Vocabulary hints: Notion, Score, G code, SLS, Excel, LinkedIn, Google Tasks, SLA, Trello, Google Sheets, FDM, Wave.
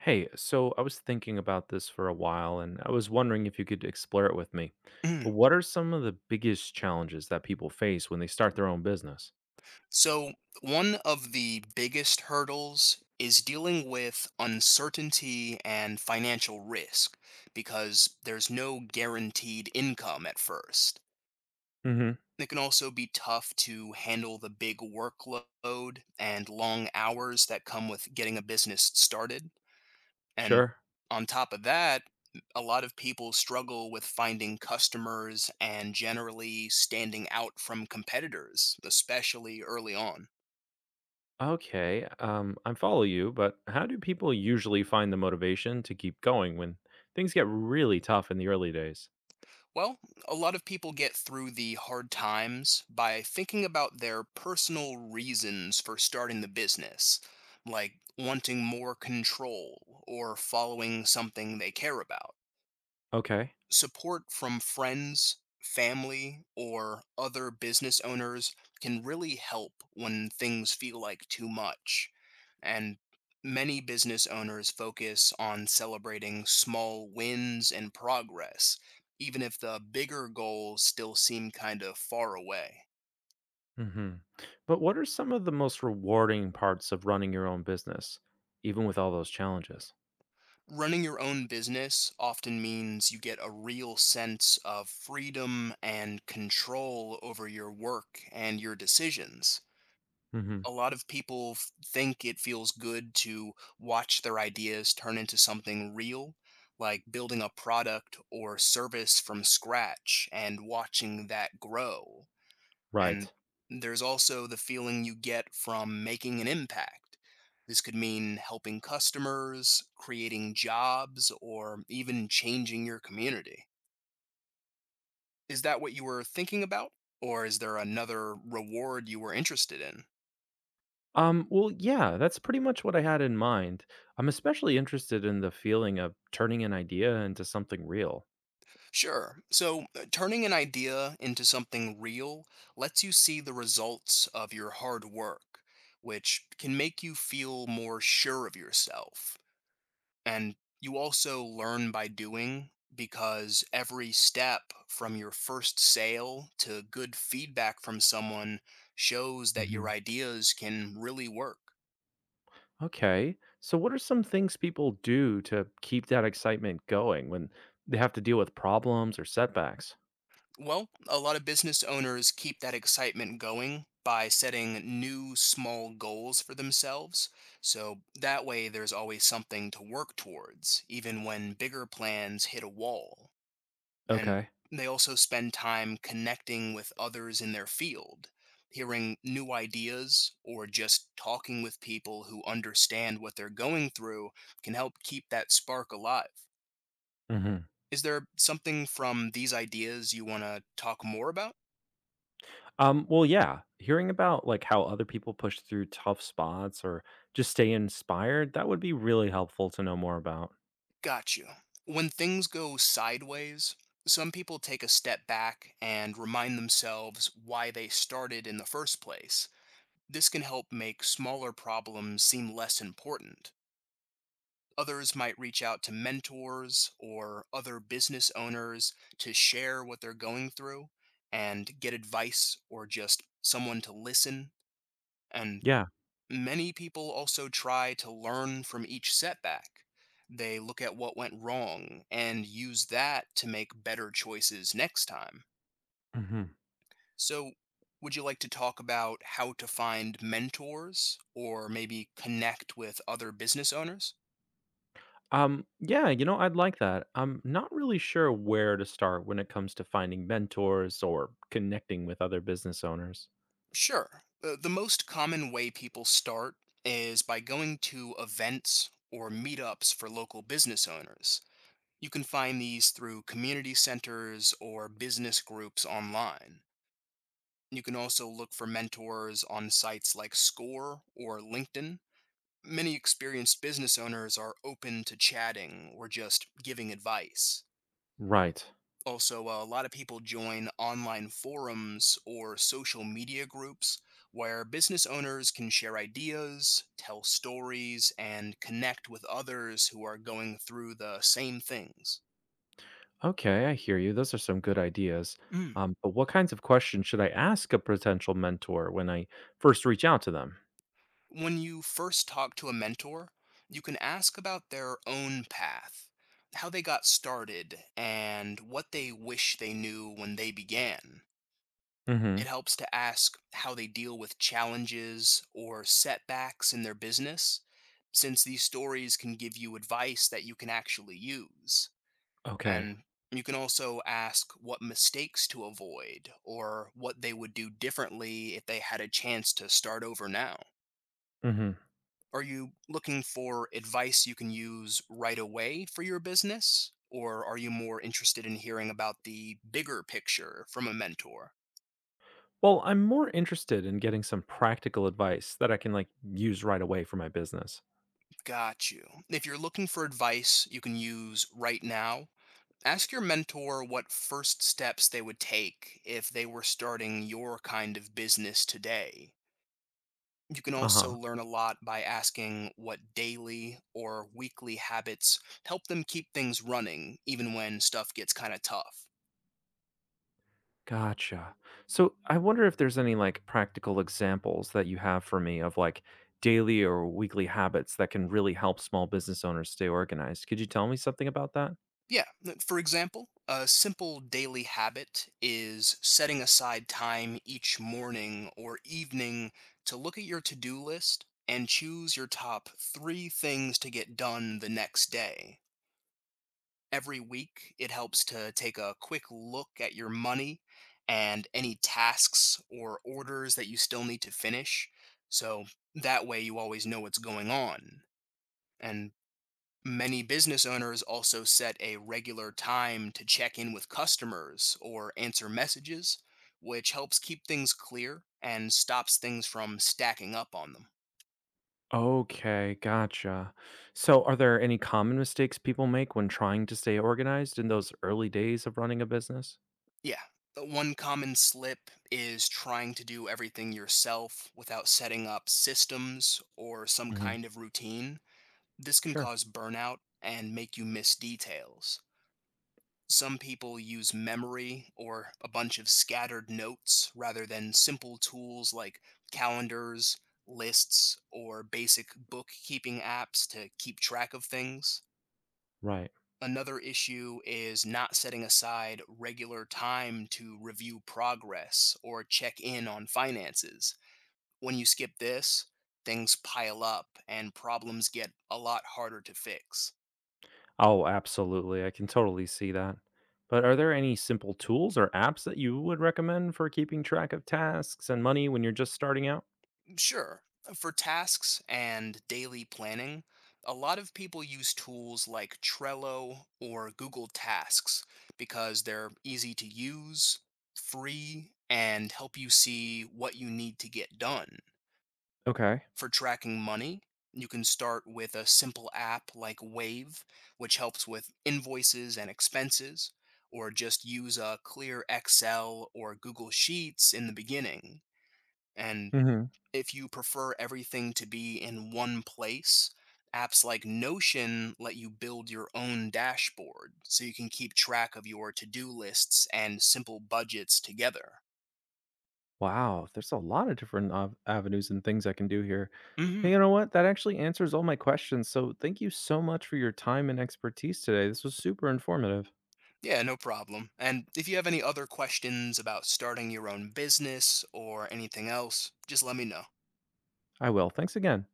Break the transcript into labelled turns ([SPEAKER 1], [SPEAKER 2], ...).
[SPEAKER 1] Hey, so I was thinking about this for a while and I was wondering if you could explore it with me.
[SPEAKER 2] Mm.
[SPEAKER 1] What are some of the biggest challenges that people face when they start their own business?
[SPEAKER 2] So, one of the biggest hurdles is dealing with uncertainty and financial risk because there's no guaranteed income at first.
[SPEAKER 1] Mhm.
[SPEAKER 2] It can also be tough to handle the big workload and long hours that come with getting a business started. And
[SPEAKER 1] Sure.
[SPEAKER 2] on top of that, a lot of people struggle with finding customers and generally standing out from competitors, especially early on.
[SPEAKER 1] Okay. I follow you, but how do people usually find the motivation to keep going when things get really tough in the early days?
[SPEAKER 2] Well, a lot of people get through the hard times by thinking about their personal reasons for starting the business, like wanting more control or following something they care about.
[SPEAKER 1] Okay.
[SPEAKER 2] Support from friends, family, or other business owners can really help when things feel like too much. And many business owners focus on celebrating small wins and progress, even if the bigger goals still seem kind of far away.
[SPEAKER 1] Mhm. But what are some of the most rewarding parts of running your own business even with all those challenges?
[SPEAKER 2] Running your own business often means you get a real sense of freedom and control over your work and your decisions.
[SPEAKER 1] Mhm.
[SPEAKER 2] A lot of people think it feels good to watch their ideas turn into something real, like building a product or service from scratch and watching that grow. And
[SPEAKER 1] Right.
[SPEAKER 2] there's also the feeling you get from making an impact. This could mean helping customers, creating jobs, or even changing your community. Is that what you were thinking about? Or is there another reward you were interested in?
[SPEAKER 1] Yeah, that's pretty much what I had in mind. I'm especially interested in the feeling of turning an idea into something real.
[SPEAKER 2] Sure. So, turning an idea into something real lets you see the results of your hard work, which can make you feel more sure of yourself. And you also learn by doing because every step from your first sale to good feedback from someone shows that your
[SPEAKER 1] Mhm.
[SPEAKER 2] ideas can really work.
[SPEAKER 1] Okay. So, what are some things people do to keep that excitement going when they have to deal with problems or setbacks?
[SPEAKER 2] Well, a lot of business owners keep that excitement going by setting new small goals for themselves. So that way, there's always something to work towards, even when bigger plans hit a wall. And
[SPEAKER 1] Okay.
[SPEAKER 2] they also spend time connecting with others in their field, hearing new ideas, or just talking with people who understand what they're going through can help keep that spark alive.
[SPEAKER 1] Hmm.
[SPEAKER 2] Is there something from these ideas you want to talk more about?
[SPEAKER 1] Yeah, hearing about like how other people push through tough spots or just stay inspired, that would be really helpful to know more about.
[SPEAKER 2] Got you. When things go sideways, some people take a step back and remind themselves why they started in the first place. This can help make smaller problems seem less important. Others might reach out to mentors or other business owners to share what they're going through and get advice or just someone to listen. And
[SPEAKER 1] Yeah.
[SPEAKER 2] many people also try to learn from each setback. They look at what went wrong and use that to make better choices next time.
[SPEAKER 1] Hmm.
[SPEAKER 2] So, would you like to talk about how to find mentors or maybe connect with other business owners?
[SPEAKER 1] Yeah, I'd like that. I'm not really sure where to start when it comes to finding mentors or connecting with other business owners.
[SPEAKER 2] Sure. The most common way people start is by going to events or meetups for local business owners. You can find these through community centers or business groups online. You can also look for mentors on sites like Score or LinkedIn. Many experienced business owners are open to chatting or just giving advice.
[SPEAKER 1] Right.
[SPEAKER 2] Also, a lot of people join online forums or social media groups where business owners can share ideas, tell stories, and connect with others who are going through the same things.
[SPEAKER 1] Okay, I hear you. Those are some good ideas.
[SPEAKER 2] Mm.
[SPEAKER 1] But what kinds of questions should I ask a potential mentor when I first reach out to them?
[SPEAKER 2] When you first talk to a mentor, you can ask about their own path, how they got started, and what they wish they knew when they began.
[SPEAKER 1] Mm-hmm.
[SPEAKER 2] It helps to ask how they deal with challenges or setbacks in their business, since these stories can give you advice that you can actually use.
[SPEAKER 1] Okay.
[SPEAKER 2] And you can also ask what mistakes to avoid or what they would do differently if they had a chance to start over now.
[SPEAKER 1] Mm-hmm.
[SPEAKER 2] Are you looking for advice you can use right away for your business? Or are you more interested in hearing about the bigger picture from a mentor?
[SPEAKER 1] Well, I'm more interested in getting some practical advice that I can like use right away for my business.
[SPEAKER 2] Got you. If you're looking for advice you can use right now, ask your mentor what first steps they would take if they were starting your kind of business today. You can also
[SPEAKER 1] Uh-huh.
[SPEAKER 2] learn a lot by asking what daily or weekly habits help them keep things running, even when stuff gets kind of tough.
[SPEAKER 1] Gotcha. So I wonder if there's any like practical examples that you have for me of like daily or weekly habits that can really help small business owners stay organized. Could you tell me something about that?
[SPEAKER 2] Yeah. For example, a simple daily habit is setting aside time each morning or evening to look at your to do list and choose your top three things to get done the next day. Every week, it helps to take a quick look at your money and any tasks or orders that you still need to finish. So that way, you always know what's going on. And many business owners also set a regular time to check in with customers or answer messages, which helps keep things clear and stops things from stacking up on them.
[SPEAKER 1] Okay, gotcha. So are there any common mistakes people make when trying to stay organized in those early days of running a business?
[SPEAKER 2] Yeah. One common slip is trying to do everything yourself without setting up systems or some
[SPEAKER 1] Mm-hmm.
[SPEAKER 2] kind of routine. This can
[SPEAKER 1] Sure.
[SPEAKER 2] cause burnout and make you miss details. Some people use memory or a bunch of scattered notes rather than simple tools like calendars, lists, or basic bookkeeping apps to keep track of things.
[SPEAKER 1] Right.
[SPEAKER 2] Another issue is not setting aside regular time to review progress or check in on finances. When you skip this, things pile up and problems get a lot harder to fix.
[SPEAKER 1] Oh, absolutely. I can totally see that. But are there any simple tools or apps that you would recommend for keeping track of tasks and money when you're just starting out?
[SPEAKER 2] Sure. For tasks and daily planning, a lot of people use tools like Trello or Google Tasks because they're easy to use, free, and help you see what you need to get done.
[SPEAKER 1] Okay.
[SPEAKER 2] For tracking money, you can start with a simple app like Wave, which helps with invoices and expenses, or just use a clear Excel or Google Sheets in the beginning. And
[SPEAKER 1] Hmm.
[SPEAKER 2] if you prefer everything to be in one place, apps like Notion let you build your own dashboard so you can keep track of your to do lists and simple budgets together.
[SPEAKER 1] Wow, there's a lot of different avenues and things I can do here. Hey,
[SPEAKER 2] Hmm.
[SPEAKER 1] you know what? That actually answers all my questions. So thank you so much for your time and expertise today. This was super informative.
[SPEAKER 2] Yeah, no problem. And if you have any other questions about starting your own business or anything else, just let me know.
[SPEAKER 1] I will. Thanks again.